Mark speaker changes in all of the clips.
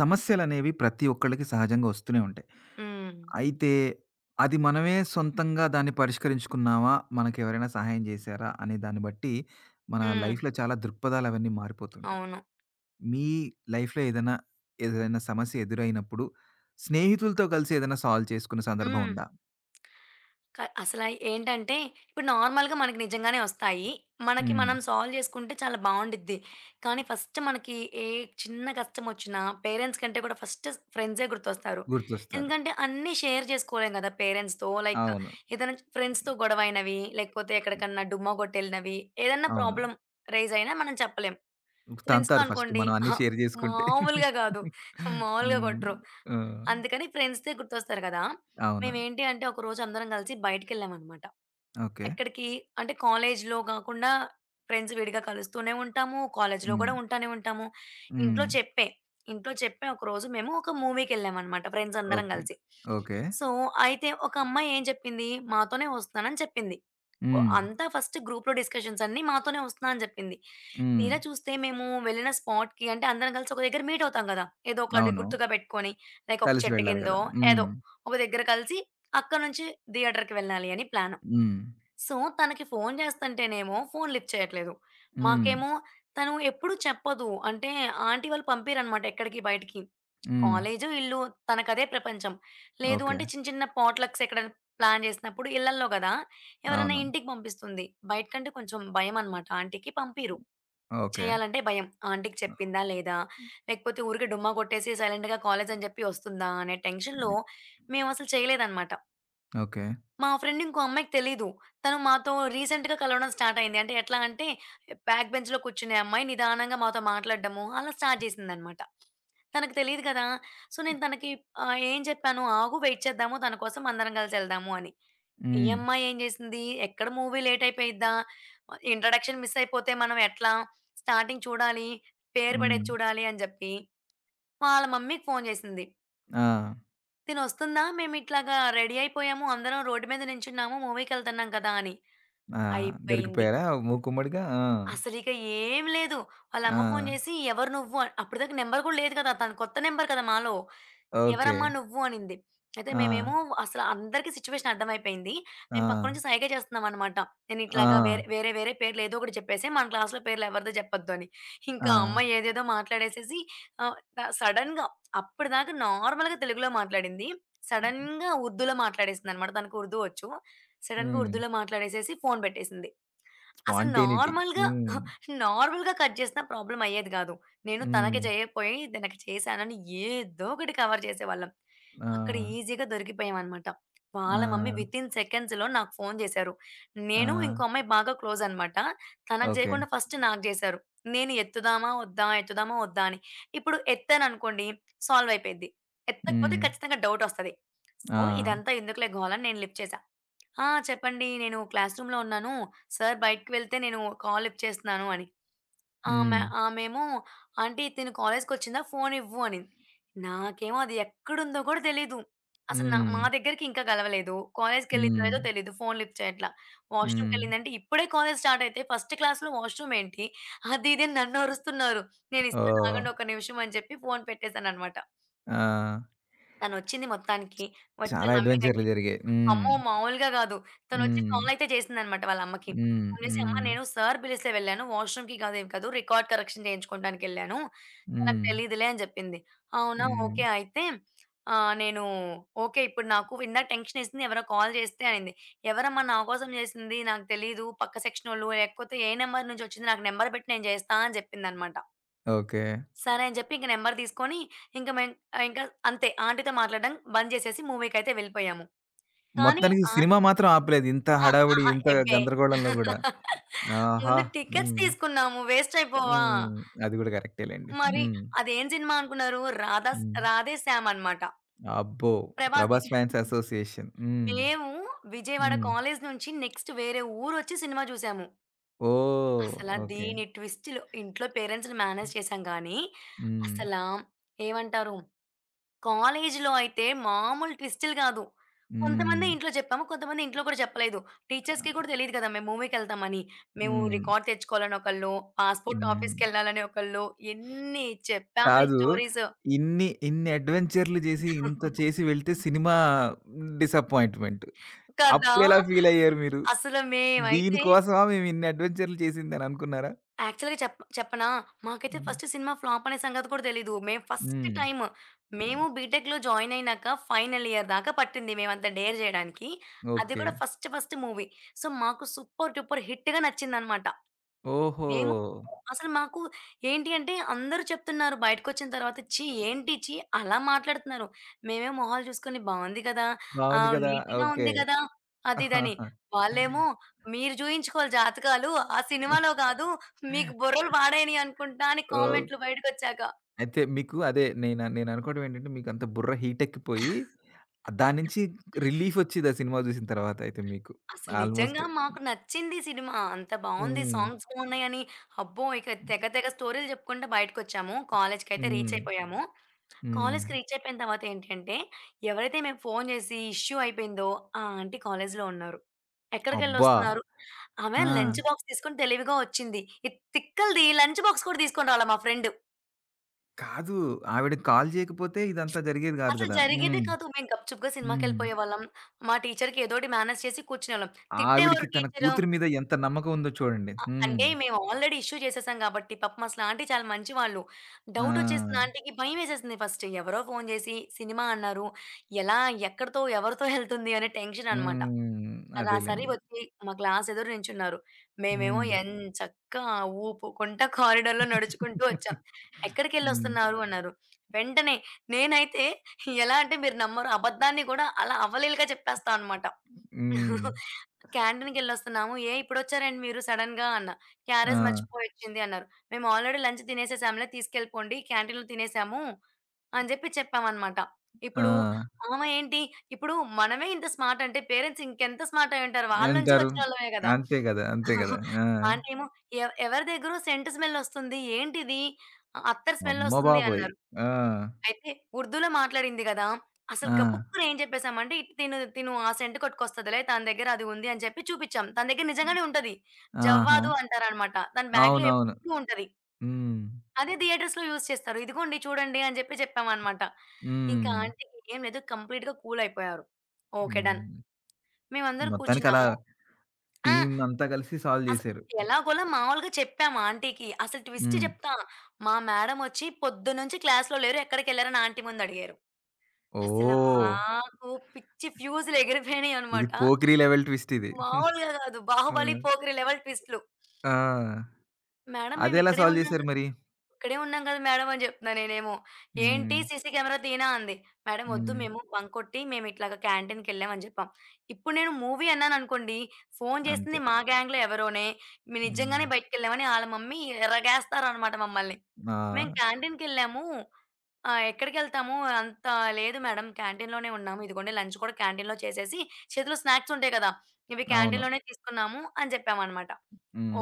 Speaker 1: సమస్యలనేవి ప్రతి ఒక్కళ్ళకి సహజంగా వస్తూనే ఉంటాయి.
Speaker 2: హ్మ్.
Speaker 1: అయితే అది మనమే సొంతంగా దాన్ని పరిష్కరించుకున్నామా? మనకెవరైనా సహాయం చేశారా? అనే దాన్ని బట్టి మన
Speaker 2: హ్మ్.
Speaker 1: లైఫ్‌లో చాలా దృక్పథాలవన్నీ మారిపోతుంటాయి.
Speaker 2: అవును.
Speaker 1: మీ లైఫ్‌లో ఏదైనా సమస్య ఎదురైనప్పుడు స్నేహితులతో కలిసి ఏదైనా సాల్వ్ చేసుకున్న సందర్భం
Speaker 2: హ్మ్.
Speaker 1: ఉందా?
Speaker 2: క అసల ఏంటంటే, ఇప్పుడు నార్మల్‌గా మనకి నిజంగానే ఒస్తాయి. మనకి
Speaker 1: హ్మ్.
Speaker 2: మనం సాల్వ్ జేసుకుంటే చాలా బావుండిద్ది. కానీ ఫస్ట్ మనకి ఏ చిన్న కష్టమొచ్చినా పేరెంట్స్ కంటే కూడా ఫస్ట్ ఫ్రెండ్సే గుర్తొస్తారు.
Speaker 1: గుర్తొస్తారు.
Speaker 2: ఎందుకంటే అన్నీ షేర్ జేసుకోలేం గదా! పేరెంట్స్‌తో. లైక్
Speaker 1: అవును.
Speaker 2: ఏదైనా ఫ్రెండ్స్‌తో గొడవైనవి, లేకపోతే ఎక్కడికన్నా డుమ్మా కొట్టెళ్ళినవి, ఏదన్నా
Speaker 1: అవును.
Speaker 2: ప్రాబ్లమ్ రైజ్ అయినా మనం చెప్పలేం. ఫ్రెండ్స్‌తో
Speaker 1: తంతారు ఫస్ట్
Speaker 2: అనుకోండి
Speaker 1: మనం అన్నీ
Speaker 2: అహా!
Speaker 1: షేర్ చేసుకుంటే.
Speaker 2: మామూలుగా గాదు. మామూలుగా
Speaker 1: హ్మ్.
Speaker 2: కొట్టరు.
Speaker 1: ఆ!
Speaker 2: అందుకని ఫ్రెండ్సే గుర్తొస్తారు గదా!
Speaker 1: అవును.
Speaker 2: మేమేంటి అంటే ఒకరోజు అందరం గలిసి బయటికెళ్ళామనమాట.
Speaker 1: ఓకే.
Speaker 2: ఎక్కడికి అంటే కాలేజ్‌లో గాకుండా ఫ్రెండ్స్ విడిగా కలుస్తూనే ఉంటాము. కాలేజ్‌లో గూడా
Speaker 1: హ్మ్.
Speaker 2: ఉంటానే ఉంటాము. ఇంట్లో
Speaker 1: హ్మ్.
Speaker 2: చెప్పే, ఇంట్లో చెప్పే ఒకరోజు మేము ఒక మూవీకెళ్ళామనమాట ఫ్రెండ్స్ అందరం
Speaker 1: ఓకే.
Speaker 2: గలిసి.
Speaker 1: ఓకే.
Speaker 2: సో, అయితే ఒక అమ్మాయి ఏం చెప్పింది, "మాతోనే వస్తున్నానని" చెప్పింది.
Speaker 1: హ్మ్.
Speaker 2: అంతా ఫస్ట్ గ్రూప్‌లో డిస్కషన్స్ అన్నీ మాతోనే వస్తున్నా అని చెప్పింది.
Speaker 1: హ్మ్.
Speaker 2: తీరా చూస్తే మేము వెళ్ళిన స్పాట్‌కి అంటే అందరం కలిసి ఒక దగ్గర మీట్ అవుతాం గదా! ఏదో ఒకటి
Speaker 1: అవును.
Speaker 2: గుర్తుగా పెట్టుకొని లైక్ ఒక
Speaker 1: కలిసి
Speaker 2: చెట్టు
Speaker 1: వెళ్ళాలి
Speaker 2: కిందో
Speaker 1: గదా! హ్మ్.
Speaker 2: ఏదో ఒక దగ్గర కలిసి అక్కడి నుంచి థియేటర్‌కి వెళ్ళాలి అని ప్లాను.
Speaker 1: హ్మ్.
Speaker 2: సో, తనకి ఫోను జేస్తంటేనేమో ఫోను లిఫ్ట్ చేయట్లేదు.
Speaker 1: హ్మ్.
Speaker 2: మాకేమో తను ఎప్పుడు చెప్పదు. అంటే ఆంటీ వాళ్ళు పంపియరనమాట ఎక్కడికి బయటికి.
Speaker 1: హ్మ్.
Speaker 2: కాలేజు, ఇల్లు తనకదే ప్రపంచం. లేదు
Speaker 1: ఓకే.
Speaker 2: అంటే చిన్న చిన్న పాట్‌లక్స్ ఎక్కడైనా ప్లాన్ జేసినప్పుడు ఇళ్లల్లో గదా! ఎవరన్నా
Speaker 1: అవును.
Speaker 2: ఇంటికి పంపిస్తుంది. బయటకంటే కొంచెం భయమనమాట ఆంటీకి పంపియరు.
Speaker 1: ఓకే.
Speaker 2: చేయాలంటే భయం. ఆంటీకి చెప్పిందా? లేదా? లేకపోతే ఊరికే డుమ్మా కొట్టేసి సైలెంట్‌గా కాలేజని జెప్పి ఒస్తుందా? అనే టెన్షన్‌లో
Speaker 1: హ్మ్.
Speaker 2: మేమసలు చేయలేదనమాట.
Speaker 1: ఓకే.
Speaker 2: మా ఫ్రెండ్ ఇంకో అమ్మాయికి తెలీదు. తను మాతో రీసెంట్‌గా కలవడం స్టార్ట్ అయింది. అంటే ఎట్లా అంటే బ్యాక్ బెంచ్‌లో కూర్చునే అమ్మాయి నిదానంగా మాతో మాట్లాడడము అలా స్టార్ట్ చేసిందనమాట. తనకు తెలీదు కదా! సో, నేను తనకి ఏం చెప్పాను, "ఆగు వెయిట్ చేద్దాము. తన కోసం అందరం కలిసి ఎళ్దాము" అని. ఈ
Speaker 1: హ్మ్.
Speaker 2: అమ్మాయి ఏం చేసింది, ఎక్కడ మూవీ లేట్ అయిపోయిద్దా? ఇంట్రడక్షన్ మిస్ అయిపోతే మనం ఎట్లా? స్టార్టింగ్ చూడాలి, పేరు పడేది
Speaker 1: హ్మ్.
Speaker 2: చూడాలి అని చెప్పి వాళ్ళ మమ్మీకి ఫోను చేసింది.
Speaker 1: ఆ!
Speaker 2: తినొస్తుందా? మేమిట్లాగా రెడీ అయిపోయాము. అందరం రోడ్డు మీద నించున్నాము. మూవీకెళ్తన్నాం కదా! అని.
Speaker 1: ఆ!
Speaker 2: అయిపోయింది.
Speaker 1: దొరికిపోయారా మూకుమ్మడిగా? ఆ!
Speaker 2: అసలిక ఏం లేదు.
Speaker 1: ఆ!
Speaker 2: వాళ్ళమ్మ ఫోను జేసి, "ఎవరు నువ్వు" అని అప్పటిదాకా నంబర్ కూడా లేదు కదా! తను కొత్త నంబర్ కదా మాలో.
Speaker 1: ఓకే.
Speaker 2: "ఎవరమ్మా నువ్వు" అనింది. అయితే
Speaker 1: ఆ!
Speaker 2: మేమేమో అసలు అందరికీ సిట్యుయేషన్ అర్థమైపోయింది.
Speaker 1: ఆ!
Speaker 2: మేము పక్క నుంచి సైగ చేస్తున్నామనమాట. నేను ఇట్లాగా
Speaker 1: ఆ!
Speaker 2: వేరే, వేరే, వేరే పేర్లు ఏదో ఒకటి చెప్పేసి మన క్లాస్‌లో పేర్లు ఎవరిదో చెప్పొద్దు అని.
Speaker 1: ఆ!
Speaker 2: ఇంకా ఆ అమ్మాయి ఏదేదో మాట్లాడేసేసి ఆహ్, సడెన్‌గా అప్పటిదాకా నార్మల్‌గా తెలుగులో మాట్లాడింది. సడెన్‌గా ఉర్దూలో మాట్లాడేసిందనమాట. తనకు ఉర్దూ వచ్చు. సడెన్‌గా
Speaker 1: హ్మ్.
Speaker 2: ఉర్దూలో మాట్లాడేసేసి ఫోను పెట్టేసింది. అసలు
Speaker 1: స్పాంటేనిటీ.
Speaker 2: నార్మల్‌గా
Speaker 1: హ్మ్.
Speaker 2: నార్మల్‌గా కట్ చేసినా ప్రాబ్లమ్ అయ్యేది గాదు. నేను తనకి
Speaker 1: హ్మ్.
Speaker 2: చేయకపోయి తనకి చేశానని ఏదో ఒకటి కవర్ చేసేవాళ్ళం.
Speaker 1: ఆ!
Speaker 2: అక్కడ ఈజీగా దొరికిపోయామనమాట. వాళ్ళ మమ్మీ
Speaker 1: ఆ!
Speaker 2: వితిన్ సెకండ్స్‌లో నాకు ఫోను చేశారు.
Speaker 1: ఆ!
Speaker 2: నేను ఇంకో అమ్మాయి బాగా క్లోజ్ అనమాట. తనకు
Speaker 1: ఓకే.
Speaker 2: చేయకుండా ఫస్ట్ నాకు చేశారు. నేను ఎత్తుదామా? వద్దా? ఎత్తుదామా? వద్దా? అని. ఇప్పుడు ఎత్తాననుకోండి సాల్వ్ అయిపోయిద్ది. ఎత్తకపోతే
Speaker 1: హ్మ్.
Speaker 2: ఖచ్చితంగా డౌటొస్తది.
Speaker 1: ఆ!
Speaker 2: సో, ఇదంతా ఎందుకులే గోల అని నేను లిఫ్ట్ చేశా. ఆ! చెప్పండి. నేను క్లాస్ రూమ్‌లో ఉన్నాను. సార్ బయటికి వెళ్తే నేను కాల్ లిఫ్ట్ చేస్తున్నాను అని. ఆమె
Speaker 1: హ్మ్.
Speaker 2: ఆమేమో "ఆంటీ తిను కాలేజ్‌కొచ్చిందా? ఫోన్ ఇవ్వు" అనింది. నాకేమో అది ఎక్కడుందో కూడా తెలీదు. అసలు
Speaker 1: హ్మ్.
Speaker 2: మా దగ్గరికి ఇంకా కలవలేదు. కాలేజ్‌కెళ్ళిందో
Speaker 1: హ్మ్.
Speaker 2: లేదో తెలీదు. ఫోన్ లిఫ్ట్ చేయట్ల.
Speaker 1: హ్మ్.
Speaker 2: వాష్‌రూమ్‌కెళ్ళిందంటే ఇప్పుడే కాలేజ్ స్టార్ట్ అయితే ఫస్ట్ క్లాస్‌లో వాష్‌రూమ్ ఏంటి? అది ఇది అని నన్ను అరుస్తున్నారు. నేను ఇస్తాను
Speaker 1: ఓహ్!
Speaker 2: ఆగండి ఒక నిమిషం అని చెప్పి ఫోన్ పెట్టేసాననమాట.
Speaker 1: ఆ!
Speaker 2: తనొచ్చింది మొత్తానికి. వచ్చి
Speaker 1: చాలా
Speaker 2: వాళ్ళ
Speaker 1: అడ్వెంచర్‌లు
Speaker 2: మమ్మీకైతే
Speaker 1: జరిగాయి. హ్మ్.
Speaker 2: అమ్మో! మామూలుగా గాదు. తనొచ్చి
Speaker 1: హ్మ్.
Speaker 2: కాలయితే చేసిందనమాట వాళ్ళమ్మకి.
Speaker 1: హ్మ్.
Speaker 2: ఫోను చేసి, "అమ్మ
Speaker 1: హ్మ్.
Speaker 2: నేను సార్ పిలిస్తే వెళ్ళాను. వాష్‌రూమ్‌కి కాదు ఏం కాదు. రికార్డ్ కరెక్షన్ చేయించుకోవడానికెళ్ళాను. నాకు
Speaker 1: హ్మ్.
Speaker 2: తెలీదులే" అని చెప్పింది. "అవునా?
Speaker 1: హ్మ్.
Speaker 2: ఓకే. అయితే నేను ఓకే. ఇప్పుడు నాకు ఇందాక టెన్షనేసింది. ఎవరో కాల్ చేస్తే" అనింది. "ఎవరమ్మా నా కోసం చేసింది? నాకు తెలీదు. పక్క సెక్షనోళ్ళు లేకపోతే ఏ నంబర్ నుంచి వచ్చింది? నాకు నంబర్ పెట్టి నేను చేస్తా" అని చెప్పిందనమాట.
Speaker 1: ఓకే.
Speaker 2: సరే అని చెప్పి ఇంక నంబర్ తీసుకొని ఇంక మేం ఆహ్, ఇంకా అంతే ఆంటీ‌తో మాట్లాడడం బంద్ చేసేసి మూవీకైతే వెళ్ళిపోయాము. కానీ
Speaker 1: మొత్తానికి
Speaker 2: ఆ
Speaker 1: సినిమా మాత్రం ఆపలేదు. ఇంత
Speaker 2: ఆ!
Speaker 1: హడావుడి,
Speaker 2: అహా!
Speaker 1: ఇంత
Speaker 2: ఎబ్బే!
Speaker 1: గందరగోళంలో గూడా. ఆహా!
Speaker 2: ముందు టికెట్స్
Speaker 1: హ్మ్.
Speaker 2: తీసుకున్నాము. వేస్ట్ అయిపోవా?
Speaker 1: హ్మ్. అది గూడా కరెక్టేలెండి.
Speaker 2: మరి
Speaker 1: హ్మ్.
Speaker 2: అదేం సినిమా అనుకున్నారు? 'రాధాస్
Speaker 1: హ్మ్.
Speaker 2: రాధేశ్యామ్' అనమాట.
Speaker 1: అబ్బో!
Speaker 2: ప్రభాస్‌ది.
Speaker 1: 'Prabhas fans association'. హ్మ్.
Speaker 2: మేము విజయవాడ
Speaker 1: హ్మ్.
Speaker 2: కాలేజి నుంచి నెక్స్ట్ వేరే ఊరొచ్చి సినిమా చూసాము.
Speaker 1: ఓహ్!
Speaker 2: అసల
Speaker 1: ఓకే.
Speaker 2: దీని ట్విస్ట్‌లు ఇంట్లో పేరెంట్స్‌ని మేనేజ్ చేశాం గానీ,
Speaker 1: హ్మ్.
Speaker 2: అసలా ఏమంటారు? కాలేజీలో అయితే మామూలు ట్విస్టులు గాదు. కొంతమందే
Speaker 1: హ్మ్.
Speaker 2: ఇంట్లో చెప్పాము. కొంతమంది ఇంట్లో కూడా చెప్పలేదు.
Speaker 1: ఆ!
Speaker 2: టీచర్స్‌కి కూడా తెలీదు కదా! మేము మూవీకెళ్తామని. మేము
Speaker 1: హ్మ్.
Speaker 2: రికార్డ్ తెచ్చుకోవాలని ఒకళ్ళు, పాస్‌పోర్ట్
Speaker 1: హ్మ్.
Speaker 2: ఆఫీస్‌కెళ్ళాలని ఒకళ్ళు, ఎన్ని చెప్పాంలే
Speaker 1: కాదు.
Speaker 2: స్టోరీస్.
Speaker 1: ఇన్ని అడ్వెంచర్‌లు జేసి, ఇంత చేసి వెళ్తే సినిమా డిసప్పాయింట్‌మెంట్.
Speaker 2: కదా!
Speaker 1: అప్పుడెలా ఫీలయ్యారు మీరు?
Speaker 2: అసలు మేమైతే
Speaker 1: దీనికోసమా మేము ఇన్ని అడ్వెంచర్‌లు చేసిందని అనుకున్నారా?
Speaker 2: యాక్చువల్‌గా చెప్పనా? మాకైతే
Speaker 1: హ్మ్.
Speaker 2: ఫస్ట్ సినిమా ఫ్లాప్ అనే సంగతి కూడా తెలీదు. మేము ఫస్ట్
Speaker 1: హ్మ్.
Speaker 2: టైమ్
Speaker 1: హ్మ్.
Speaker 2: మేము బీటెక్‌లో జాయిన్ అయినాక ఫైనల్ ఇయర్ దాకా పట్టింది మేమంత డేర్ జేయడానికి. అది
Speaker 1: ఓకే.
Speaker 2: కూడా ఫస్ట్ ఫస్ట్ మూవీ. సో, మాకు సూపర్ డూపర్ హిట్‌గా నచ్చిందనమాట.
Speaker 1: ఓహో!
Speaker 2: మేము అసలు మాకు ఏంటి అంటే అందరూ చెప్తున్నారు బయటకొచ్చిన తర్వాత, "ఛీ! ఏంటి ఛీ! అలా మాట్లాడుతున్నారు." మేమే మొహాలు చూసుకొని బావుంది కదా!
Speaker 1: బావుంది గదా!
Speaker 2: నీట్‌గా
Speaker 1: ఓకే.
Speaker 2: ఉంది కదా! అది ఇదని. వాళ్ళేమో "మీరు చూయించుకోవాలి జాతకాలు ఆ సినిమాలో కాదు. మీకు బుర్రలు పాడైనయి అనుకుంటా" అని
Speaker 1: ఓహ్!
Speaker 2: కామెంట్లు బయటకొచ్చాక.
Speaker 1: అయితే మీకు అదే నేననుకోవడం ఏంటంటే, మీకంత బుర్ర హీటెక్కిపోయి, దాని నుంచి రిలీఫొచ్చేదా సినిమా జూసిన తర్వాత అయితే మీకు
Speaker 2: అసలు
Speaker 1: ఆల్మోస్ట్.
Speaker 2: నిజంగా మాకు నచ్చింది సినిమా. అంత బావుంది.
Speaker 1: హ్మ్.
Speaker 2: సాంగ్స్ బావున్నాయని, అబ్బో! ఇక తెగ తెగ స్టోరీలు చెప్పుకుంటా బయటకొచ్చాము. కాలేజ్‌కైతే రీచ్
Speaker 1: హ్మ్.
Speaker 2: అయిపోయాము.
Speaker 1: హ్మ్.
Speaker 2: కాలేజ్‌కి రీచ్ అయిపోయిన తర్వాత ఏంటి అంటే, ఎవరైతే మేము ఫోను చేసి ఇష్యూ అయిపోయిందో, ఆ ఆంటీ కాలేజ్‌లో ఉన్నారు.
Speaker 1: అబ్బా!
Speaker 2: ఎక్కడికెళ్ళొస్తున్నారు? ఆమె లంచ్
Speaker 1: ఆ!
Speaker 2: బాక్స్ తీసుకొని తెలివిగా వచ్చింది. ఇది తిక్కలది లంచ్ బాక్స్ కూడా తీసుకొని రాలా మా ఫ్రెండు.
Speaker 1: కాదు. ఆవిడ కాల్ జేయకపోతే ఇదంతా జరిగేది గాదు
Speaker 2: అసలు
Speaker 1: గదా!
Speaker 2: జరిగేదే
Speaker 1: హ్మ్.
Speaker 2: కాదు. మేము గప్‌చుప్‌గా
Speaker 1: హ్మ్.
Speaker 2: సినిమాకెళ్ళిపోయేవాళ్ళం. మా టీచర్‌కి ఏదోకటి మేనేజ్ చేసి కూర్చునేవాళ్ళం.
Speaker 1: ఆవిడకి
Speaker 2: తిట్టేవారు
Speaker 1: తన
Speaker 2: టీచరు.
Speaker 1: కూతురి మీద ఎంత నమ్మకం ఉందో చూడండి.
Speaker 2: అ!
Speaker 1: హ్మ్.
Speaker 2: అంటే మేము ఆల్రెడీ ఇష్యూ చేసేసాం కాబట్టి పాపం అసల ఆంటీ చాలా మంచివాళ్ళు. డౌట్ వచ్చేసింది
Speaker 1: ఆ!
Speaker 2: ఆంటీకి భయమేసేసింది ఫస్ట్. ఎవరో ఫోను చేసి సినిమా అన్నారు. ఎలా? ఎక్కడితో? ఎవరితో ఎళ్తుంది? అనే టెన్షన్ అనమాట.
Speaker 1: హ్మ్.
Speaker 2: రా సరి
Speaker 1: అదేలెండి.
Speaker 2: వచ్చి మా క్లాస్ ఎదురు నించున్నారు. మేమేమో
Speaker 1: హ్మ్.
Speaker 2: ఎంచక్కా ఊపుకుంటా కారిడార్‌లో నడుచుకుంటూ వచ్చాం.
Speaker 1: హ్మ్.
Speaker 2: "ఎక్కడికెళ్ళొస్తున్నారు?" అన్నారు. వెంటనే నేనైతే ఎలా అంటే మీరు నమ్మరు అబద్ధాన్ని కూడా అలా అవలీలగా చెప్పేస్తా అనమాట.
Speaker 1: హ్మ్.
Speaker 2: క్యాంటీన్‌కెళ్ళొస్తున్నాము. "ఏ ఇప్పుడొచ్చారేంటి మీరు సడెన్‌గా?" అన్నా.
Speaker 1: ఆ!
Speaker 2: "క్యారేజ్ మర్చిపోయొచ్చింది" అన్నారు. "మేము ఆల్రెడీ లంచ్ తినేసేసాంలే తీసుకెళ్ళిపోండి. క్యాంటీన్‌లో తినేసాము" అని చెప్పామనమాట.
Speaker 1: ఆ!
Speaker 2: ఇప్పుడు ఆమె ఏంటి, ఇప్పుడు మనమే ఇంత స్మార్ట్ అంటే పేరెంట్స్ ఇంకెంత స్మార్ట్ అయ్యుంటారు. వాళ్ళ నుంచి
Speaker 1: ఏంటారు?
Speaker 2: వచ్చినోళ్ళమే గదా!
Speaker 1: అంతే గదా! అంతే గదా! ఆ!
Speaker 2: ఆంటీ ఏమో "ఎ ఎవరి దగ్గరో సెంట్ స్మెల్ ఒస్తుంది. ఏంటిది? అత్తరు స్మెల్
Speaker 1: అమ్మ
Speaker 2: ఒస్తుంది"
Speaker 1: బాబోయ్!
Speaker 2: అన్నారు.
Speaker 1: ఆ!
Speaker 2: అయితే ఉర్దూలో మాట్లాడింది గదా! అసలు
Speaker 1: ఆ!
Speaker 2: గబుక్కున ఏం చెప్పేసామంటే, ఇటు తిను తిను ఆ సెంటు కొట్టుకొస్తదిలే తన దగ్గర అది ఉంది అని చెప్పి చూపిచ్చాం. తన దగ్గర నిజంగానే ఉంటది.
Speaker 1: ఆహా!
Speaker 2: జవ్వాదు అంటారనమాట. తన బ్యాగ్‌లో
Speaker 1: అవునవును.
Speaker 2: ఎప్పుడూ ఉంటది.
Speaker 1: హ్మ్.
Speaker 2: అదే థియేటర్స్‌లో యూజ్ చేస్తారు. ఇదిగోండి చూడండి అని చెప్పామనమాట. ఇంకా
Speaker 1: హ్మ్.
Speaker 2: ఆంటీకి ఏం లేదు కంప్లీట్‌గా కూల్ అయిపోయారు. ఓకే. డన్.
Speaker 1: హ్మ్.
Speaker 2: మేమందరం
Speaker 1: మొత్తానికలా
Speaker 2: కూర్చున్నాము. ఆ!
Speaker 1: టీమ్ అంతా కలిసి సాల్వ్
Speaker 2: అసలు
Speaker 1: జేశారు.
Speaker 2: ఎలాగోలా మామూలుగా చెప్పాము ఆంటీకి. అసలు ట్విస్ట్
Speaker 1: హ్మ్.
Speaker 2: చెప్తా. మా మేడమొచ్చి పొద్దున్నుంచి క్లాస్‌లో లేరు. ఎక్కడికెళ్లారని ఆంటీ ముందడిగారు. అసల
Speaker 1: ఓహ్!
Speaker 2: మాకు పిచ్చి ఫ్యూజులు
Speaker 1: ఇది
Speaker 2: ఎగిరిపోయినాయనమాట.
Speaker 1: పోకిరి లెవెల్ ట్విస్ట్ ఇది.
Speaker 2: మామూలుగా గాదు.
Speaker 1: ఆ!
Speaker 2: 'బాహుబలి' 'పోకిరి' లెవెల్ ట్విస్ట్‌లు.
Speaker 1: ఆ!
Speaker 2: మేడం మేము
Speaker 1: అదెలా
Speaker 2: ఇక్కడే
Speaker 1: సాల్వ్
Speaker 2: ఉన్నాం
Speaker 1: జేశారు
Speaker 2: గదా!
Speaker 1: మరి?
Speaker 2: ఇక్కడే ఉన్నాం గదా మేడం అని జెప్తున్నా నేనేమో. ఏంటి
Speaker 1: హ్మ్.
Speaker 2: సీసీ కెమెరా తీనా అంది. మేడం ఒద్దు
Speaker 1: హ్మ్.
Speaker 2: మేము బంకొట్టి మేము ఇట్లాగా క్యాంటీన్‌కెళ్ళాం అని జెప్పాం. ఇప్పుడు నేను మూవీ అన్నాననుకోండి, ఫోను
Speaker 1: అంతే.
Speaker 2: చేసింది మా గ్యాంగ్‌లో ఎవరోనే, "మేము
Speaker 1: హ్మ్.
Speaker 2: నిజంగానే బయటికెళ్ళామని" ఆళ్ళ మమ్మీ రగేస్తారనమాట మమ్మల్ని.
Speaker 1: ఆ!
Speaker 2: "మేము క్యాంటీన్‌కెళ్ళాము ఆ! ఎక్కడికెళ్తాము అంత లేదు మేడం క్యాంటీన్‌లోనే ఉన్నాము. ఇదిగోండి లంచ్ కూడా క్యాంటీన్‌లో చేసేసి, చేతిలో స్నాక్స్ ఉంటాయి కదా! ఇవి
Speaker 1: అవును.
Speaker 2: క్యాంటీన్‌లోనే తీసుకున్నాము అని చెప్పామనమాట.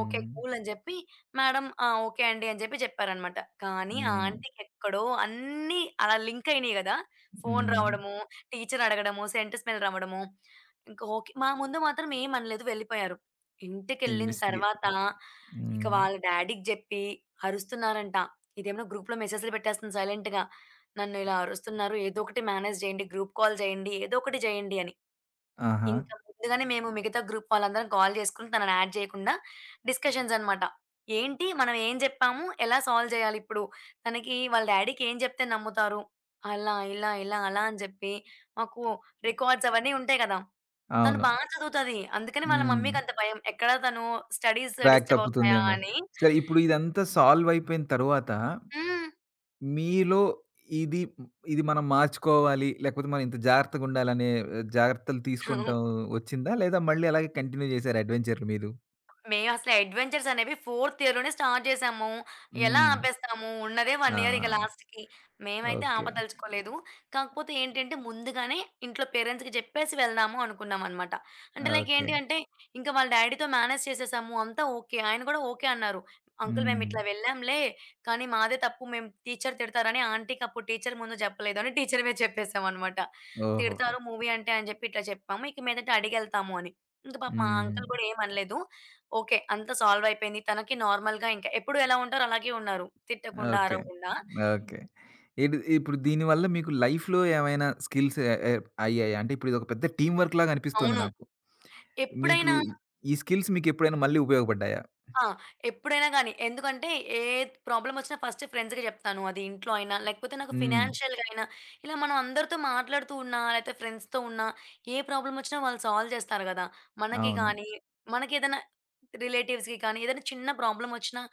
Speaker 2: ఓకే. కూల్ అని జెప్పి మేడమ్ ఆ! ఓకే అండి అని జెప్పారనమాట. కానీ ఆ
Speaker 1: హ్మ్.
Speaker 2: ఆంటీకి ఎక్కడో అన్నీ అలా లింక్ అయినియి గదా! ఫోన్
Speaker 1: హ్మ్.
Speaker 2: రావడము, టీచర్ అడగడము, సెంట్ స్మెల్ రావడము. ఇంక ఓకే. మా ముందు మాత్రం ఏమనలేదు వెళ్ళిపోయారు. ఇంటికెళ్ళిన
Speaker 1: ఇన్వెస్టిగే
Speaker 2: తర్వాత ఇక
Speaker 1: హ్మ్.
Speaker 2: వాళ్ళ డ్యాడీకి జెప్పి అరుస్తున్నారంట. ఇదేమో గ్రూప్‌లో మెసేజ్‌లు పెట్టేస్తుంది సైలెంట్‌గా. నన్ను ఇలా అరుస్తున్నారు. ఏదో ఒకటి మేనేజ్ జేయండి. గ్రూప్ కాల్ జేయండి. ఏదో ఒకటి జేయండి అని.
Speaker 1: ఆహా!
Speaker 2: ఇంకా ముందుగానే మేము మిగతా గ్రూప్ వాళ్ళందరం కాల్ చేసుకొని తనని యాడ్ చేయకుండా డిస్కషన్స్ అనమాట. ఏంటి మనం ఏం జెప్పాము? ఎలా సాల్వ్ చేయాలి ఇప్పుడు? తనకి వాళ్ళ డ్యాడీకి ఏం జెప్తే నమ్ముతారు? అలా, ఇలా, ఇలా, అలా అని జెప్పి మాకు రికార్డ్స్ అవన్నీ ఉంటాయి కదా! తను
Speaker 1: అవును.
Speaker 2: బా చదువుతది. అందుకని వాళ్ళ
Speaker 1: హ్మ్.
Speaker 2: మమ్మీకంత భయం. ఎక్కడ తను స్టడీస్
Speaker 1: ట్రాక్
Speaker 2: డిస్టర్బ్ అవుతాయా
Speaker 1: తప్పుతుందేమో.
Speaker 2: అని.
Speaker 1: సరే ఇప్పుడు ఇదంతా సాల్వ్ అయిపోయిన తరువాత
Speaker 2: హ్మ్.
Speaker 1: మీలో ఇది ఇది మనం మార్చుకోవాలి. లేకపోతే మనం ఇంత జాగ్రత్తగుండాలనే జాగ్రత్తలు తీసుకుంటాం వచ్చిందా? లేదా మళ్ళీ అలాగే కంటిన్యూ చేసారా అడ్వెంచర్‌లు మీరు?
Speaker 2: మేమసలు అడ్వెంచర్స్ అనేవి ఫోర్త్ ఇయర్‌లోనే స్టార్ట్ చేశాము. ఎలా
Speaker 1: హ్మ్.
Speaker 2: ఆపేస్తాము? ఉన్నదే 1 ఇయర్ ఇక
Speaker 1: ఆ!
Speaker 2: లాస్ట్‌కి. మేమైతే
Speaker 1: ఓకే.
Speaker 2: ఆపదలుచుకోలేదు. కాకపోతే ఏంటంటే ముందుగానే ఇంట్లో పేరెంట్స్‌కి చెప్పేసి వెళ్దాము అనుకున్నామనమాట. అంటే లైక్
Speaker 1: ఓకే.
Speaker 2: ఏంటి అంటే ఇంక వాళ్ళ డ్యాడీతో మేనేజ్ చేసేసాము. అంతా ఓకే. ఆయన కూడా ఓకే అన్నారు. "అంకుల్
Speaker 1: హ్మ్.
Speaker 2: మేమిట్లా వెళ్ళాంలే. కానీ మాదే తప్పు. మేము టీచర్ తిడతారని ఆంటీకి అప్పుడు టీచర్ ముందు చెప్పలేదు" అని టీచర్‌వే చెప్పేసామనమాట.
Speaker 1: ఓహోహో!
Speaker 2: "తిడతారు మూవీ అంటే" అని చెప్పి ఇట్లా చెప్పాము. "ఇక మీదట అడిగెళ్తాము" అని. ఇంక పాపం మా అంకుల్ కూడా
Speaker 1: హ్మ్.
Speaker 2: ఏమనలేదు. ఓకే. అంతా సాల్వ్ అయిపోయింది. తనకి నార్మల్‌గా ఇంకా ఎప్పుడు ఎలా ఉంటారో అలాగే ఉన్నారు. తిట్టకుండా,
Speaker 1: ఓకే.
Speaker 2: అరవకుండా.
Speaker 1: ఓకే. ఇటు ఇప్పుడు దీనివల్ల మీకు లైఫ్‌లో ఏమైనా స్కిల్స్ ఎ ఎ అయ్యాయా? అంటే ఇప్పుడు ఇదొక పెద్ద టీమ్ వర్క్ లాగా అనిపిస్తుంది
Speaker 2: అవును.
Speaker 1: నాకు. మీకు
Speaker 2: ఎప్పుడైనా
Speaker 1: ఈ స్కిల్స్ మీకెప్పుడైనా మళ్ళీ ఉపయోగపడ్డాయా?
Speaker 2: ఆ! ఎప్పుడైనా గాని. ఎందుకంటే ఏ ప్రాబ్లమ్ వచ్చినా ఫస్ట్ ఫ్రెండ్స్‌కి చెప్తాను. అది ఇంట్లో అయినా, లేకపోతే నాకు
Speaker 1: హ్మ్.
Speaker 2: ఫినాన్షియల్‌గా అయినా, ఇలా మనం అందరితో మాట్లాడుతూ ఉన్నా, లేకపోతే ఫ్రెండ్స్‌తో ఉన్నా, ఏ ప్రాబ్లమ్ వచ్చినా వాళ్ళు సాల్వ్ చేస్తారు కదా! మనకి
Speaker 1: అవును.
Speaker 2: కానీ, మనకేదైనా రిలేటివ్స్‌కి కానీ, ఏదైనా చిన్న ప్రాబ్లమ్ వచ్చినా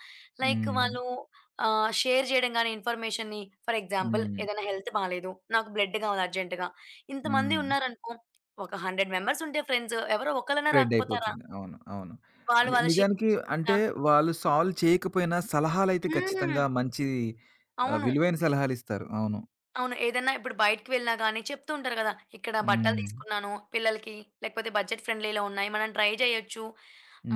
Speaker 2: లైక్
Speaker 1: హ్మ్.
Speaker 2: వాళ్ళు షేర్ చేయడం గాని ఇన్ఫర్మేషన్‌ని ఫర్ ఎగ్జాంపుల్
Speaker 1: హ్మ్.
Speaker 2: ఏదైనా హెల్త్ బాలేదు. నాకు బ్లడ్ కావాలి అర్జెంట్‌గా. ఇంతమంది
Speaker 1: హ్మ్.
Speaker 2: ఉన్నారనుకో, ఒక 100 మెంబర్స్ ఉంటే ఫ్రెండ్స్ ఎవరో ఒకళ్ళైనా
Speaker 1: స్ప్రెడ్
Speaker 2: రాకపోతారా?
Speaker 1: అయిపోతుంది. అవును. అవును.
Speaker 2: వాళ్ళు వాళ్ళు షేర్
Speaker 1: నిజానికి
Speaker 2: చేసుకుంటా
Speaker 1: అంటే వాళ్ళు సాల్వ్ చేయకపోయినా సలహాలైతే
Speaker 2: హ్మ్.
Speaker 1: ఖచ్చితంగా మంచి
Speaker 2: అవును.
Speaker 1: విలువైన సలహాలిస్తారు. అవును.
Speaker 2: అవును. ఏదన్నా ఇప్పుడు బయటికి వెళ్ళినా గానీ చెప్తూ ఉంటారు గదా! ఇక్కడ బట్టలు
Speaker 1: హ్మ్.
Speaker 2: తీసుకున్నాను పిల్లలకి, లేకపోతే బడ్జెట్ ఫ్రెండ్లీలో ఉన్నాయి. మనం ట్రై జేయొచ్చు.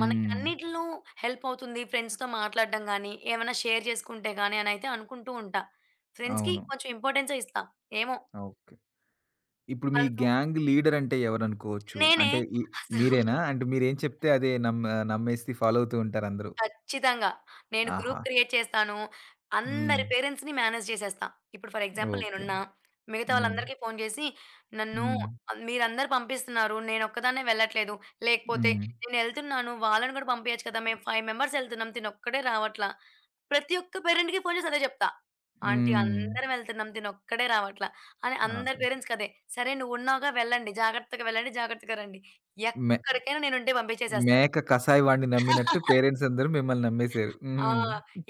Speaker 2: మనకి అన్నిటిలో హెల్ప్ అవుతుంది. ఫ్రెండ్స్‌తో మాట్లాడడం గానీ, ఏమైనా షేర్ చేసుకుంటే గానీ అనైతే అనుకుంటూ ఉంటా. ఫ్రెండ్స్‌కి
Speaker 1: అవును.
Speaker 2: కొంచెం ఇంపార్టెన్సే ఇస్తా. ఏమో
Speaker 1: ఓకే. ఇప్పుడు మీ
Speaker 2: వాళ్ళతో
Speaker 1: గ్యాంగ్ లీడర్ అంటే ఎవరనుకోవచ్చు?
Speaker 2: నేనే
Speaker 1: అంటే ఈ
Speaker 2: అసలు
Speaker 1: మీరేనా? అంటే మీరేం చెప్తే అదే నమ్మేసి ఫాలో అవుతూ ఉంటారందరూ.
Speaker 2: ఖచ్చితంగా. నేను
Speaker 1: ఆహా!
Speaker 2: గ్రూప్ క్రియేట్ చేస్తాను.
Speaker 1: హ్మ్.
Speaker 2: అందరి పేరెంట్స్‌ని మేనేజ్ చేసేస్తా. ఇప్పుడు ఫర్ ఎగ్జాంపుల్
Speaker 1: ఓకే.
Speaker 2: నేనున్నా. మిగతా
Speaker 1: హ్మ్.
Speaker 2: వాళ్ళందరికీ ఫోను చేసి, నన్ను
Speaker 1: హ్మ్.
Speaker 2: మీరందరూ పంపిస్తున్నారు. నేనొక్కదాన్నే వెళ్ళట్లేదు. లేకపోతే
Speaker 1: హ్మ్.
Speaker 2: నేనెళ్తున్నాను. వాళ్ళని కూడా పంపియచ్చు కదా! మేము 5 మెంబర్స్ ఎళ్తున్నాం. తినొక్కడే రావట్లా. ప్రతి ఒక్క పేరెంట్‌కి ఫోను చేసి అదే చెప్తా. ఆంటీ
Speaker 1: హ్మ్.
Speaker 2: అందరం ఎళ్తున్నాం. తినొక్కడే రావట్లా. అని అందరి
Speaker 1: ఆహా!
Speaker 2: పేరెంట్స్‌కి అదే. సరే నువ్వున్నావుగా వెళ్ళండి. జాగ్రత్తగా వెళ్ళండి. జాగ్రత్తగా రండి.
Speaker 1: మె
Speaker 2: ఎక్కడికైనా నేనుంటే పంపించేసేస్తారు.
Speaker 1: మేక కసాయి వాడిని నమ్మినట్టు పేరెంట్స్ అందరూ మిమ్మల్ని నమ్మేసారు.
Speaker 2: ఆ!
Speaker 1: హ్మ్.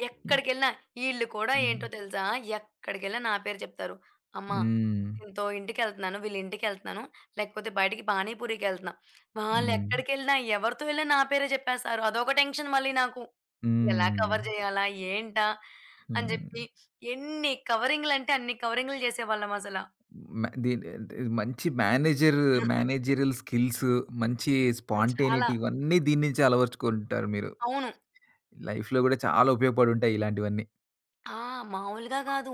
Speaker 2: ఎక్కడికెళ్ళినా ఈళ్ళు కూడా ఏంటో
Speaker 1: హ్మ్.
Speaker 2: తెలుసా? ఎక్కడికెళ్ళినా నా పేరు చెప్తారు. అమ్మ
Speaker 1: హ్మ్.
Speaker 2: దీంతో ఇంటికెళ్తున్నాను, వీళ్ళ ఇంటికెళ్తున్నాను, లేకపోతే బయటికి పానీపూరికెళ్తున్నా.
Speaker 1: హ్మ్.
Speaker 2: వాళ్ళెక్కడికెళ్ళినా, ఎవరితో వెళ్ళినా నా పేరే చెప్పేస్తారు. అదొక టెన్షన్ మళ్ళీ నాకు. ఎలా
Speaker 1: హ్మ్.
Speaker 2: కవర్ చేయాలా? ఏంటా? అని
Speaker 1: హ్మ్.
Speaker 2: చెప్పి ఎన్ని కవరింగ్‌లంటే అన్ని కవరింగ్‌లు చేసేవాళ్ళమసల.
Speaker 1: మ దీని ఇది మంచి మేనేజీరియల్ స్కిల్స్, మంచి
Speaker 2: చాలా
Speaker 1: స్పాంటేనిటీ ఇవన్నీ దీని నుంచే అలవరుచుకుంటారు మీరు.
Speaker 2: అవును.
Speaker 1: లైఫ్‌లో గూడా చాలా ఉపయోగపడుంటాయి ఇలాంటివన్నీ.
Speaker 2: ఆ! మామూలుగా గాదు.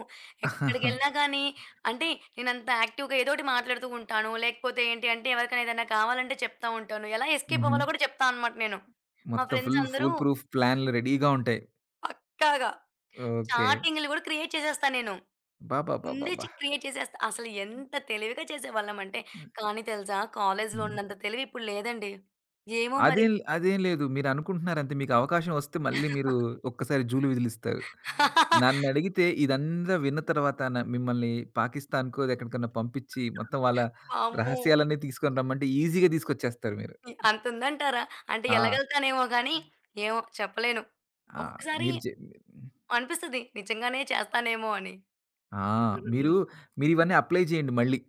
Speaker 2: ఎక్కడికెళ్ళినా గానీ అంటే నేనంత యాక్టివ్‌గా ఏదోకటి మాట్లాడుతూ ఉంటాను. లేకపోతే ఏంటి అంటే ఎవరికైనా ఏదైనా కావాలంటే చెప్తా ఉంటాను. ఎలా ఎస్కేప్
Speaker 1: హుహు.
Speaker 2: అవ్వాలో గూడా చెప్తా అనమాట నేను. మా
Speaker 1: మొత్తం
Speaker 2: ఫ్రెండ్స్ అందరూ
Speaker 1: ఫూల్ ప్రూఫ్ ప్లాన్‌లు రెడీగా ఉంటాయి.
Speaker 2: పక్కాగా
Speaker 1: ఓకే.
Speaker 2: చాటింగ్‌లు గూడా క్రియేట్ చేసేస్తా నేను. ముందే
Speaker 1: అబ్బబ్బబ్బబ్బా!
Speaker 2: క్రియేట్ చేసేస్తా. అసలు ఎంత తెలివిగా చేసేవాళ్ళం అంటే కానీ తెలుసా కాలేజీలో
Speaker 1: హ్మ్.
Speaker 2: ఉన్నంత తెలివి ఇప్పుడు లేదండి. ఏమో మరి.
Speaker 1: అదేం అదేం లేదు. మీరనుకుంటున్నారంతే. మీకు అవకాశం వస్తే మళ్ళీ మీరు ఒక్కసారి జూలు విదిలిస్తారు. నన్నడిగితే ఇదంతా విన్న తర్వాత మిమ్మల్ని పాకిస్తాన్‌కో, ఎక్కడికన్నా పంపించి మొత్తం వాళ్ళ
Speaker 2: వామ్మో!
Speaker 1: రహస్యాలన్నీ తీసుకొని రమ్మంటే ఈజీగా తీసుకొచ్చేస్తారు మీరు.
Speaker 2: అంతుందంటారా? అంటే
Speaker 1: ఆ!
Speaker 2: ఎళ్ళగలుగుతానేమో గానీ ఏమో చెప్పలేను.
Speaker 1: ఆ!
Speaker 2: ఒక్కొక్కసారి
Speaker 1: మీరు చె
Speaker 2: అనిపిస్తది. నిజంగానే చేస్తానేమో అని.
Speaker 1: ఆ! మీరు మీరివన్నీ అప్లై చేయండి మళ్ళీ.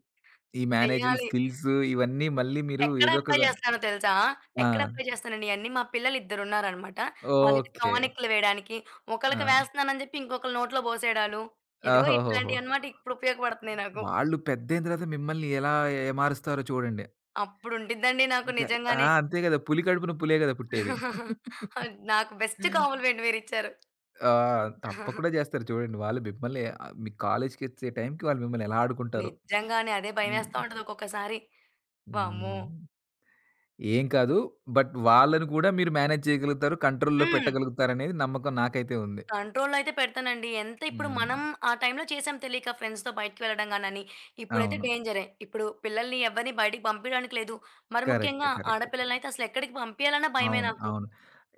Speaker 1: ఈ మేనేజల్
Speaker 2: చెయ్యాలి.
Speaker 1: స్కిల్స్ ఇవన్నీ మళ్ళీ మీరు
Speaker 2: ఎక్కడ
Speaker 1: ఏదో ఒక
Speaker 2: అప్లై
Speaker 1: దాన్
Speaker 2: చేస్తానో తెలుసా?
Speaker 1: ఆ!
Speaker 2: ఎక్కడ అప్లై చేస్తానండి అన్నీ మా పిల్లలిద్దరున్నారనమాట. వాళ్ళకి
Speaker 1: ఓకే.
Speaker 2: టానిక్‌లు వేయడానికి,
Speaker 1: ఆ!
Speaker 2: ఒకళ్ళకి వేస్తున్నానని చెప్పి ఇంకొకళ్ళ నోట్లో పోసేయడాలు, ఇదిగో
Speaker 1: ఓహోహోహో!
Speaker 2: ఇట్లాంటియన్నమాట ఇప్పుడు ఉపయోగపడుతున్నాయి నాకు.
Speaker 1: వాళ్ళు పెద్దయిన తర్వాత మిమ్మల్ని ఎలా ఏమారుస్తారో చూడండి.
Speaker 2: అప్పుడుండిద్దండి నాకు
Speaker 1: ఇంకా ఆ!
Speaker 2: నిజంగానే.
Speaker 1: అంతే గదా! పులి కడుపున పులే గదా! పుట్టేది.
Speaker 2: అది నాకు బెస్ట్ కాంప్లిమెంట్ మీరిచ్చారు.
Speaker 1: ఆ! తప్పకుండా జేస్తారు చూడండి. వాళ్ళు మిమ్మల్ని మీ కాలేజ్‌కొచ్చే టైంకి వాళ్ళు మిమ్మల్ని ఎలా ఆడుకుంటారో.
Speaker 2: నిజంగానే అదే
Speaker 1: హ్మ్.
Speaker 2: భయమేస్తా ఉంటది ఒక్కొక్కసారి. వామ్మో!
Speaker 1: హ్మ్. ఏం కాదు. బట్ వాళ్ళని కూడా మీరు మేనేజ్ చేయగలుగుతారు. కంట్రోల్‌లో
Speaker 2: హ్మ్.
Speaker 1: పెట్టగలుగుతారనేది నమ్మకం నాకైతే ఉంది.
Speaker 2: కంట్రోల్‌లో అయితే పెడతానండి. ఎంత ఇప్పుడు
Speaker 1: హ్మ్.
Speaker 2: మనం ఆ టైంలో చేసాం తెలియక ఫ్రెండ్స్‌తో బయటికి వెళ్ళడం గానని. ఇప్పుడైతే
Speaker 1: అవును.
Speaker 2: డేంజరే. ఇప్పుడు పిల్లల్ని ఎవరిని బయటికి పంపియడానికి లేదు. మరి
Speaker 1: కరెక్టే.
Speaker 2: ముఖ్యంగా
Speaker 1: కరెక్టే.
Speaker 2: ఆడపిల్లలనైతే అసలు ఎక్కడికి పంపియాలన్నా భయమే
Speaker 1: అవును.
Speaker 2: నాకు.
Speaker 1: అవును.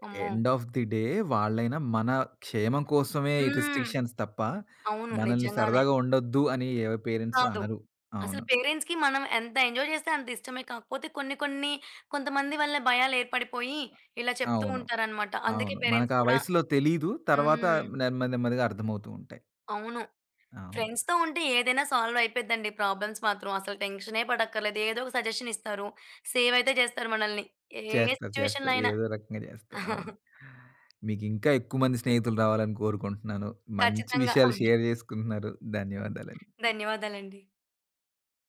Speaker 2: అమ్మో!
Speaker 1: ఎండ్ ఆఫ్ ది డే వాళ్ళైనా మన క్షేమం కోసమే ఈ
Speaker 2: హ్మ్.
Speaker 1: రిస్ట్రిక్షన్స్ తప్ప,
Speaker 2: అవును.
Speaker 1: మనల్ని
Speaker 2: నిజంగానే.
Speaker 1: సరదాగా ఉండొద్దు అని ఏ పేరెంట్స్
Speaker 2: కాదు.
Speaker 1: అనరు.
Speaker 2: అసలు
Speaker 1: అవును.
Speaker 2: పేరెంట్స్‌కి మనం ఎంత ఎంజాయ్ చేస్తే అంత ఇష్టమే. కాకపోతే కొన్ని కొన్ని కొంతమంది వల్ల భయాలేర్పడిపోయి ఇలా చెప్తూ
Speaker 1: అవును.
Speaker 2: ఉంటారనమాట. అందుకే
Speaker 1: అవును.
Speaker 2: పేరెంట్స్
Speaker 1: మనకా
Speaker 2: కూడా
Speaker 1: వయసులో తెలీదు. తర్వాత
Speaker 2: హ్మ్.
Speaker 1: నెమ్మది నెమ్మదిగా అర్థమవుతూ ఉంటాయి.
Speaker 2: అవును.
Speaker 1: అవును.
Speaker 2: ఫ్రెండ్స్‌తో ఉంటే ఏదైనా సాల్వ్ అయిపోద్దండి. ప్రాబ్లమ్స్ మాత్రం అసలు టెన్షనే పడక్కర్లేదు. ఏదో ఒక సజెషన్ ఇస్తారు. సేవ్ అయితే చేస్తారు మనల్ని. ఏ
Speaker 1: చేస్తారు.
Speaker 2: సిట్యుయేషన్‌లో
Speaker 1: చేస్తారు.
Speaker 2: అయినా.
Speaker 1: ఏదో రకంగా చేస్తారు. అవును. మీకింకా ఎక్కువ మంది స్నేహితులు రావాలని కోరుకుంటున్నాను. మంచి
Speaker 2: ఖచ్చితంగా.
Speaker 1: విషయాలు షేర్ జేసుకుంటున్నారు. ధన్యవాదాలండి.
Speaker 2: ధన్యవాదాలండి.